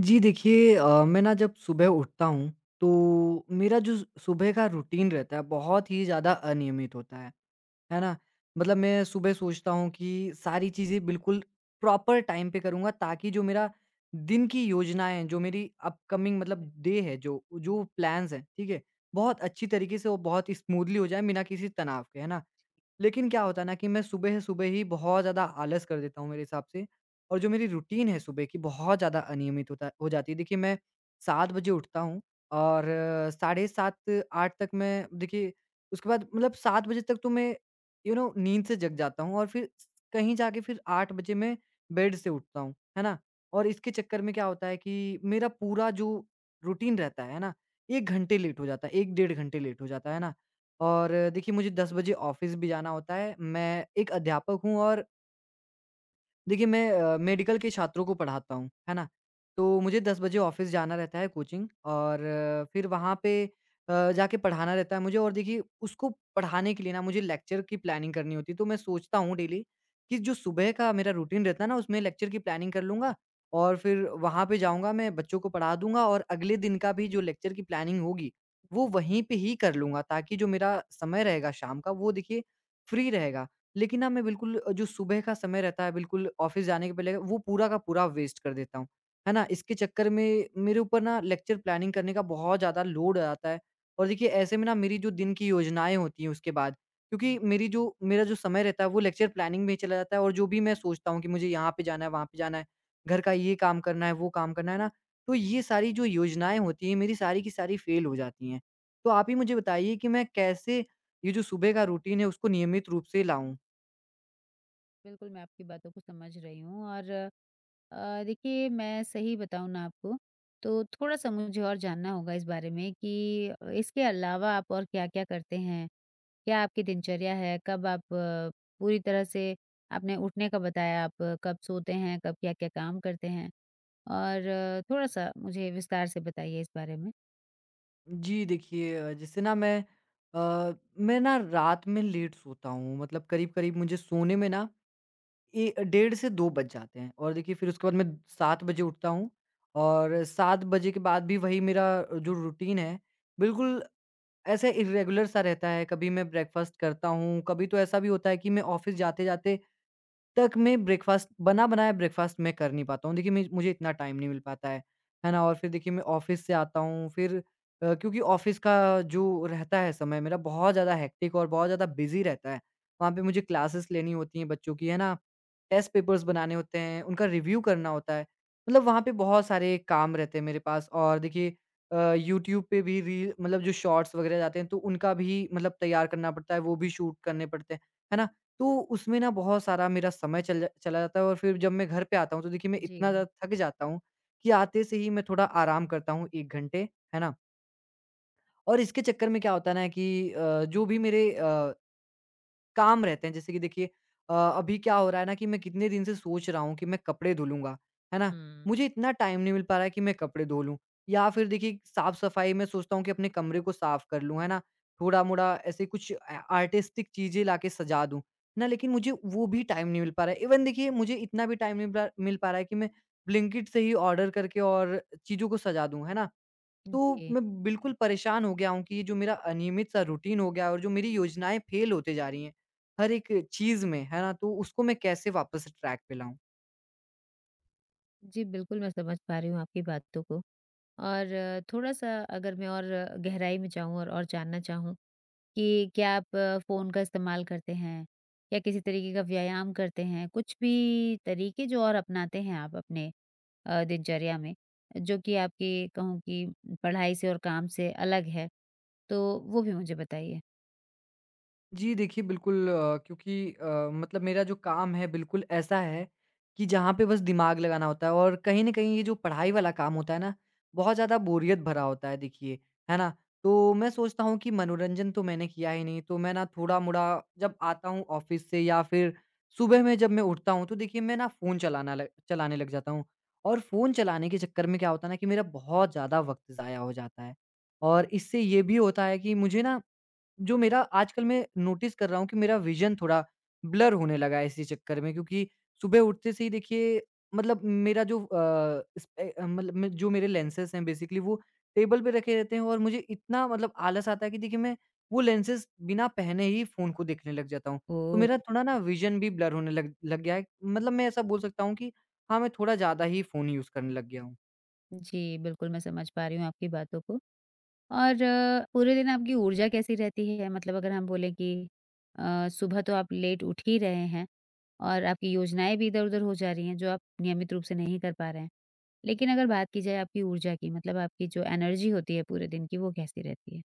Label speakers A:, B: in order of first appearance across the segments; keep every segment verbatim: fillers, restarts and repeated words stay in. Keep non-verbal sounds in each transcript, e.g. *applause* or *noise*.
A: जी, देखिए अ, मैं ना जब सुबह उठता हूँ तो मेरा जो सुबह का रूटीन रहता है बहुत ही ज़्यादा अनियमित होता है है ना। मतलब मैं सुबह सोचता हूँ कि सारी चीज़ें बिल्कुल प्रॉपर टाइम पे करूँगा ताकि जो मेरा दिन की योजनाएं, जो मेरी अपकमिंग मतलब डे है, जो जो प्लान्स हैं, ठीक है, बहुत अच्छी तरीके से वो बहुत स्मूथली हो जाए बिना किसी तनाव के, है ना। लेकिन क्या होता है ना कि मैं सुबह-सुबह ही बहुत ज़्यादा आलस कर देता हूँ मेरे हिसाब से, और जो मेरी रूटीन है सुबह की बहुत ज़्यादा अनियमित होता हो जाती है। देखिए, मैं सात बजे उठता हूँ और अ, साढ़े सात आठ तक मैं देखिए, उसके बाद मतलब सात बजे तक तो मैं यू नो नींद से जग जाता हूँ, और फिर कहीं जाके फिर आठ बजे मैं बेड से उठता हूँ, है ना? और इसके चक्कर में क्या होता है कि मेरा पूरा जो रूटीन रहता है ना, एक घंटे लेट हो जाता है, एक डेढ़ घंटे लेट हो जाता है ना? और देखिए मुझे दस बजे ऑफ़िस भी जाना होता है। मैं एक अध्यापक हूँ और देखिए, मैं अ, मेडिकल के छात्रों को पढ़ाता हूँ, है ना? तो मुझे दस बजे ऑफ़िस जाना रहता है कोचिंग, और अ, फिर वहाँ पे अ, जाके पढ़ाना रहता है मुझे, और देखिए उसको पढ़ाने के लिए ना मुझे लेक्चर की प्लानिंग करनी होती है। तो मैं सोचता हूँ डेली कि जो सुबह का मेरा रूटीन रहता है ना उसमें लेक्चर की प्लानिंग कर लूँगा और फिर वहाँ पे जाऊँगा, मैं बच्चों को पढ़ा दूँगा और अगले दिन का भी जो लेक्चर की प्लानिंग होगी, वो वहीं पे ही कर लूँगा ताकि जो मेरा समय रहेगा शाम का वो देखिए फ्री रहेगा। लेकिन ना मैं बिल्कुल अ, जो सुबह का समय रहता है बिल्कुल ऑफ़िस जाने के पहले वो पूरा का पूरा वेस्ट कर देता हूँ, है ना? इसके चक्कर में मेरे ऊपर ना लेक्चर प्लानिंग करने का बहुत ज़्यादा लोड आ जाता है, और देखिए ऐसे में ना मेरी जो दिन की योजनाएँ होती हैं उसके बाद, क्योंकि मेरी जो मेरा जो समय रहता है वो लेक्चर प्लानिंग में ही चला जाता है, और जो भी मैं सोचता हूँ कि मुझे यहाँ पे जाना है, वहाँ पे जाना है, घर का ये काम करना है, वो काम करना है ना, तो ये सारी जो योजनाएँ होती हैं मेरी सारी की सारी फ़ेल हो जाती हैं। तो आप ही मुझे बताइए कि मैं कैसे ये जो सुबह का रूटीन है उसको नियमित रूप से लाऊँ?
B: बिल्कुल, मैं आपकी बातों को समझ रही हूँ और अ, देखिए मैं सही बताऊँ ना आपको, तो थोड़ा-सा मुझे और जानना होगा इस बारे में कि अ, इसके अलावा आप और क्या-क्या करते हैं? क्या आपकी दिनचर्या है? कब आप अ, पूरी तरह से आपने उठने का बताया, आप अ, कब सोते हैं, कब क्या-क्या काम करते हैं? और थोड़ा-सा मुझे विस्तार से बताइए इस बारे में।
A: जी, देखिए अ, जैसे ना मैं अ, मैं ना रात में लेट सोता हूँ, मतलब करीब-करीब मुझे सोने में ना ए डेढ़ से दो बज जाते हैं, और देखिए फिर उसके बाद मैं सात बजे उठता हूँ और सात बजे के बाद भी वही मेरा जो रूटीन है, बिल्कुल ऐसे इर्रेगुलर सा रहता है। कभी मैं ब्रेकफ़ास्ट करता हूँ, कभी तो ऐसा भी होता है कि मैं ऑफ़िस जाते-जाते तक मैं ब्रेकफ़ास्ट बना-बनाया ब्रेकफ़ास्ट मैं कर नहीं पाता हूँ। देखिए, मैं मुझे इतना टाइम नहीं मिल पाता है, है ना? और फिर देखिए मैं ऑफ़िस से आता हूँ फिर, अ, क्योंकि ऑफ़िस का जो रहता है समय मेरा बहुत ज़्यादा हेक्टिक और बहुत ज़्यादा बिज़ी रहता है। वहाँ पे मुझे क्लासेस लेनी होती हैं बच्चों की, है ना? टेस्ट पेपर्स बनाने होते हैं, उनका रिव्यू करना होता है। मतलब वहाँ पे बहुत सारे काम रहते हैं मेरे पास, और देखिए अ, यूट्यूब पे भी रील, मतलब जो शॉर्ट्स वग़ैरह जाते हैं तो उनका भी मतलब तैयार करना पड़ता है, वो भी शूट करने पड़ते हैं, है ना? तो उसमें ना बहुत सारा मेरा समय चल जा- चला जाता है, और फिर जब मैं घर पे आता हूँ तो देखिए मैं
B: जी।
A: इतना ज़्यादा थक जाता हूँ कि आते से ही मैं थोड़ा आराम करता हूँ एक घंटे, है ना? और इसके चक्कर में क्या होता है ना कि अ, जो भी मेरे अ काम रहते हैं। जैसे कि देखिए अ, अभी क्या हो रहा है ना कि मैं कितने दिन से सोच रहा हूँ कि मैं कपड़े धुलूँगा, है ना?
B: हुँ।
A: मुझे इतना टाइम नहीं मिल पा रहा है कि मैं कपड़े धो लूँ, या फिर देखिए साफ-सफाई मैं सोचता हूँ कि अपने कमरे को साफ कर लूँ, है ना? थोड़ा-मोड़ा ऐसे कुछ अ, आर्टिस्टिक चीज़ें लाके सजा दूँ ना, लेकिन मुझे वो भी टाइम नहीं मिल पा रहा है। इवन देखिए मुझे इतना भी टाइम नहीं मिल पा मिल पा रहा है कि मैं ब्लिंकिट से ही ऑर्डर करके और चीज़ों को सजा दूँ, है ना? तो
B: जी।
A: मैं बिल्कुल परेशान हो गया हूँ कि ये जो मेरा अनियमित सा रूटीन हो गया है और जो मेरी योजनाएँ फ़ेल होते जा रही हैं, हर एक चीज़ में, है ना? तो उसको मैं कैसे वापस ट्रैक पे लाऊँ?
B: जी, बिल्कुल, मैं समझ पा रही हूँ आपकी बातों को। और थोड़ा-सा अगर मैं और अ, गहराई में जाऊँ और और जानना चाहूँ कि क्या आप अ, फ़ोन का इस्तेमाल करते हैं या किसी तरीके का व्यायाम करते हैं? कुछ भी तरीके जो और अपनाते हैं आप अपने अ, दिनचर्या में, जो कि आपकी कहूँ कि पढ़ाई से और काम से अलग है, तो वो भी मुझे बताइए?
A: जी, देखिए बिल्कुल, अ, क्योंकि अ, मतलब मेरा जो काम है बिल्कुल ऐसा है कि जहाँ पे बस दिमाग लगाना होता है, और कहीं न कहीं ये जो पढ़ाई वाला काम होता है ना, बहुत ज़्यादा बोरियत भरा होता है देखिए, है ना? तो मैं सोचता हूँ कि मनोरंजन तो मैंने किया ही नहीं, तो मैं ना थोड़ा-मोड़ा जब आता हूँ ऑफ़िस से, या फिर सुबह में जब मैं उठता हूँ तो देखिए मैं ना फ़ोन चलाना लग चलाने लग जाता हूँ, और फ़ोन चलाने के चक्कर में क्या होता है ना कि मेरा बहुत ज़्यादा वक़्त ज़ाया हो जाता है। और इससे ये भी होता है कि मुझे ना जो मेरा आजकल मैं नोटिस कर रहा हूँ कि मेरा विज़न थोड़ा ब्लर होने लगा है इसी चक्कर में, क्योंकि सुबह उठते से ही देखिए, मतलब मेरा जो अ, स्पे अ, मतलब मैं, जो मेरे लेंसेज़ हैं बेसिकली वो टेबल पे रखे रहते हैं, और मुझे इतना मतलब आलस आता है कि देखिए मैं वो लेंसेज़ बिना पहने ही फ़ोन को देखने लग जाता हूँ। तो मेरा
B: ओह!
A: थोड़ा ना विज़न भी ब्लर होने लग लग गया है। मतलब मैं ऐसा बोल सकता हूँ कि हाँ, मैं थोड़ा ज़्यादा ही फ़ोन यूज़ करने लग गया हूँ।
B: जी, बिल्कुल, मैं समझ पा रही हूँ आपकी बातों को। और अ, पूरे दिन आपकी ऊर्जा कैसी रहती है? मतलब अगर हम बोलें कि अ, सुबह तो आप लेट उठ ही रहे हैं और आपकी योजनाएँ भी इधर-उधर हो जा रही हैं, जो आप नियमित रूप से नहीं कर पा रहे हैं। लेकिन अगर बात की जाए आपकी ऊर्जा की, मतलब आपकी जो एनर्जी होती है पूरे दिन की, वो कैसी रहती है?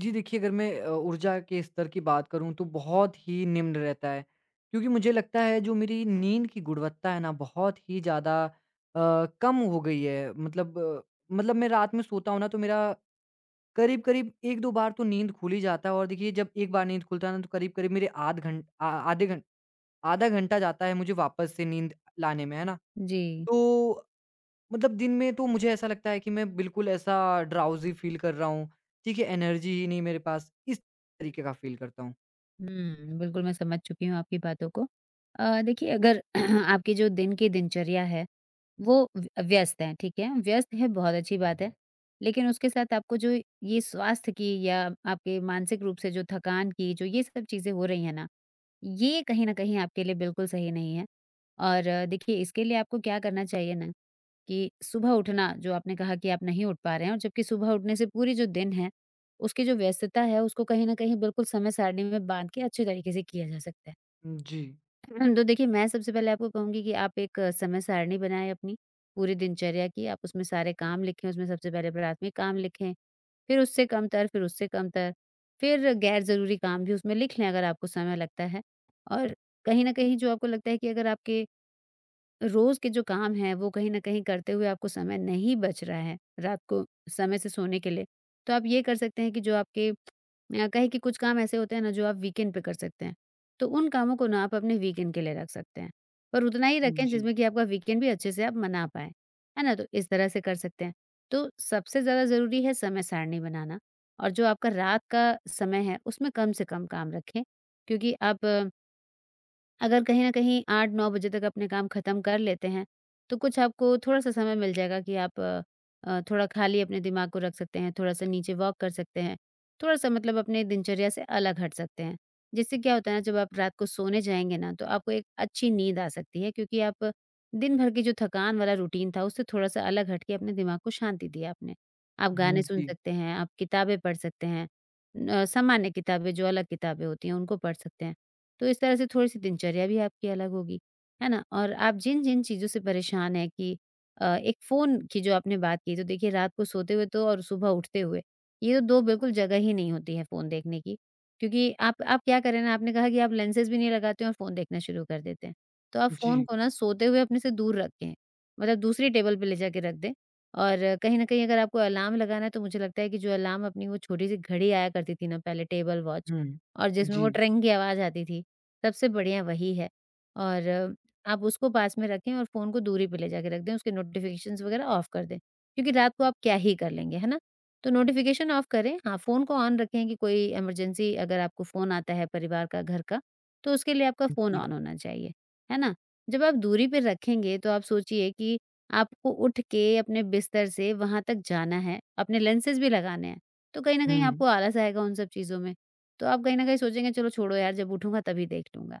A: जी देखिए, अगर मैं अ, ऊर्जा के स्तर की बात करूँ तो बहुत ही निम्न रहता है। क्योंकि मुझे लगता है जो मेरी नींद की गुणवत्ता है ना बहुत ही ज़्यादा अ, कम हो गई है। मतलब अ, मतलब मैं रात में सोता हूँ ना तो मेरा करीब-करीब एक दो बार तो नींद खुल ही जाता है, और देखिए जब एक बार नींद खुलता है ना तो करीब-करीब मेरे आध घंट आ आधे घंट आधा घंटा जाता है मुझे वापस से नींद लाने में, है ना?
B: जी।
A: तो मतलब दिन में तो मुझे ऐसा लगता है कि मैं बिल्कुल ऐसा ड्राउज़ी फ़ील कर रहा हूँ, ठीक है? एनर्जी ही नहीं मेरे पास, इस तरीके का फ़ील करता हूँ।
B: हुँ, बिल्कुल मैं समझ चुकी हूँ आपकी बातों को। अ, देखिए अगर *clears throat* आपकी जो दिन की दिनचर्या है वो व्य व्यस्त हैं, ठीक है? व्यस्त है, बहुत अच्छी बात है। लेकिन उसके साथ आपको जो ये स्वास्थ्य की या आपके मानसिक रूप से जो थकान की, जो ये सब चीज़ें हो रही हैं ना, ये कहीं न कहीं आपके लिए बिल्कुल सही नहीं है। और अ, देखिए, इसके लिए आपको क्या करना चाहिए ना कि सुबह उठना, जो आपने कहा कि आप नहीं उठ पा रहे हैं और जबकि सुबह उठने से पूरी जो दिन है, उसकी जो व्यस्तता है, उसको कहीं न कहीं बिल्कुल समय सारणी में बाँध के अच्छे तरीके से किया जा सकता है।
A: जी,
B: *clears throat* हम्म, तो देखिए मैं सबसे पहले आपको कहूँगी कि आप एक अ, समय सारणी बनाएँ अपनी, पूरी दिनचर्या की। आप उसमें सारे काम लिखें, उसमें सबसे पहले प्राथमिक काम लिखें, फिर उससे कमतर, फिर उससे कमतर, फिर गैर ज़रूरी काम भी उसमें लिख लें अगर आपको समय लगता है। और कहीं न कहीं जो आपको लगता है कि अगर आपके रोज़ के जो काम हैं वो कहीं न कहीं करते हुए आपको समय नहीं बच रहा है, रात को समय से सोने के लिए, तो आप ये कर सकते हैं कि जो आपके अ, कहें कि कुछ काम ऐसे होते हैं ना जो आप वीकेंड पे कर सकते हैं, तो उन कामों को ना आप अपने वीकेंड के लिए रख सकते हैं। पर उतना ही रखें
A: जी,
B: जिसमें कि आपका वीकेंड भी अच्छे से आप मना पाएँ, है ना? तो इस तरह से कर सकते हैं। तो सबसे ज़्यादा ज़रूरी है समय सारणी बनाना और जो आपका रात का समय है उसमें कम से कम काम रखें क्योंकि आप अगर कहीं न कहीं आठ नौ बजे तक अपने काम ख़त्म कर लेते हैं, तो कुछ आपको थोड़ा-सा समय मिल जाएगा कि आप अ, अ, थोड़ा खाली अपने दिमाग को रख सकते हैं, थोड़ा-सा नीचे वॉक कर सकते हैं, थोड़ा-सा मतलब अपने दिनचर्या से अलग हट सकते हैं। जिससे क्या होता है ना, जब आप रात को सोने जाएँगे ना, तो आपको एक अच्छी नींद आ सकती है क्योंकि आप दिन भर की जो थकान वाला रूटीन था, उससे थोड़ा-सा अलग हट के अपने दिमाग को शांति दी आपने। आप
A: हुँ,
B: गाने सुन
A: जी,
B: सकते हैं, आप किताबें पढ़ सकते हैं, अ, सामान्य किताबें जो अलग किताबें होती हैं, उनको पढ़ सकते हैं। तो इस तरह से थोड़ी-सी दिनचर्या भी आपकी अलग होगी, है ना? और आप जिन-जिन चीज़ों से परेशान हैं कि अ, एक फ़ोन की जो आपने बात की, तो देखिए रात को सोते हुए तो और सुबह उठते हुए, ये तो दो बिल्कुल जगह ही नहीं होती है फ़ोन देखने की। क्योंकि आप आप क्या करें ना, आपने कहा कि आप लेंसेज़ भी नहीं लगाते हैं और फ़ोन देखना शुरू कर देते हैं। तो आप फ़ोन
A: जी,
B: को ना सोते हुए अपने से दूर रखें, मतलब दूसरी टेबल पे ले जाके रख दें और कहीं न कहीं अगर आपको अलार्म लगाना है, तो मुझे लगता है कि जो अलार्म अपनी वो छोटी-सी घड़ी आया करती थी ना पहले, टेबल वॉच
A: हुँ,
B: और जिसमें वो
A: जी,
B: ट्रिंग की आवाज़ आती थी, सबसे बढ़िया वही है और आप उसको पास में रखें और फ़ोन को दूरी पे ले जाके रख दें, उसके नोटिफ़िकेशंस वग़ैरह ऑफ कर दें, क्योंकि रात को आप क्या ही कर लेंगे, है ना? तो नोटिफ़िकेशन ऑफ करें, हाँ, फ़ोन को ऑन रखें कि कोई इमरजेंसी अगर आपको फ़ोन आता है परिवार का, घर का, तो उसके लिए आपका फ़ोन
A: जी,
B: ऑन होना चाहिए, है ना? जब आप दूरी पे रखेंगे तो आप सोचिए कि आपको उठ के अपने बिस्तर से वहाँ तक जाना है, अपने लेंसेज़ भी लगाने हैं, तो कहीं न कहीं
A: हुँ,
B: आपको आलस आएगा उन सब चीज़ों में। तो आप कहीं न कहीं सोचेंगे चलो छोड़ो यार जब उठूँगा तभी देख लूँगा।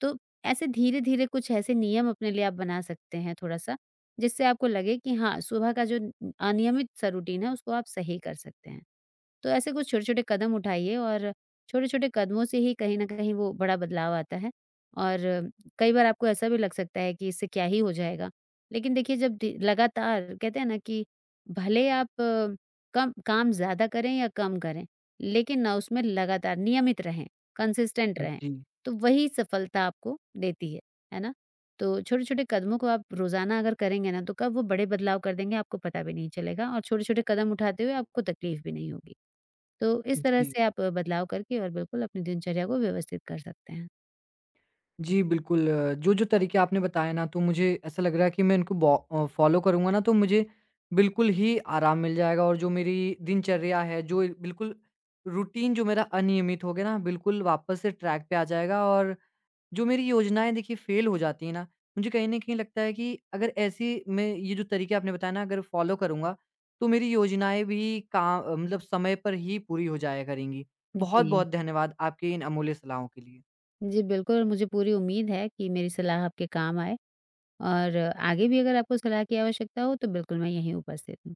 B: तो ऐसे धीरे-धीरे कुछ ऐसे नियम अपने लिए आप बना सकते हैं थोड़ा-सा, जिससे आपको लगे कि हाँ, सुबह का जो उम, अनियमित सा रूटीन है उसको आप सही कर सकते हैं। तो ऐसे कुछ छोटे-छोटे कदम उठाइए और छोटे-छोटे कदमों से ही कहीं न कहीं वो बड़ा बदलाव आता है। और कई बार आपको ऐसा भी लग सकता है कि इससे क्या ही हो जाएगा, लेकिन देखिए जब दी लगातार कहते हैं ना कि भले आप अ, कम काम ज़्यादा करें या कम करें, लेकिन ना उसमें लगातार नियमित रहें, कंसिस्टेंट रहें।
A: जी,
B: तो वही सफलता आपको देती है, है ना? तो छोटे-छोटे कदमों को आप रोज़ाना अगर करेंगे ना, तो कब वो बड़े बदलाव कर देंगे आपको पता भी नहीं चलेगा और छोटे-छोटे कदम उठाते हुए आपको तकलीफ भी नहीं होगी। तो इस तरह
A: जी।
B: से आप बदलाव करके और बिल्कुल अपनी दिनचर्या को व्यवस्थित कर सकते हैं।
A: जी, बिल्कुल, अ, जो-जो तरीके आपने बताए ना तो मुझे ऐसा लग रहा है कि मैं इनको बॉ अ, फ़ॉलो करूँगा ना तो मुझे बिल्कुल ही आराम मिल जाएगा, और जो मेरी दिनचर्या है, जो बिल्कुल रूटीन जो मेरा अनियमित हो गया ना बिल्कुल वापस से ट्रैक पे आ जाएगा, और जो मेरी योजनाएँ देखिए फ़ेल हो जाती हैं ना, मुझे कहीं न कहीं लगता है कि अगर ऐसी मैं ये जो तरीके आपने बताया ना अगर फ़ॉलो करूँगा, तो मेरी योजनाएँ भी का मतलब समय पर ही पूरी हो जाया करेंगी।
B: जी।
A: बहुत-बहुत धन्यवाद आपके इन अमूल्य सलाहों के लिए।
B: जी, बिल्कुल और मुझे पूरी उम्मीद है कि मेरी सलाह आपके काम आए और आगे भी अगर आपको सलाह की आवश्यकता हो, तो बिल्कुल मैं यहीं उपस्थित हूँ।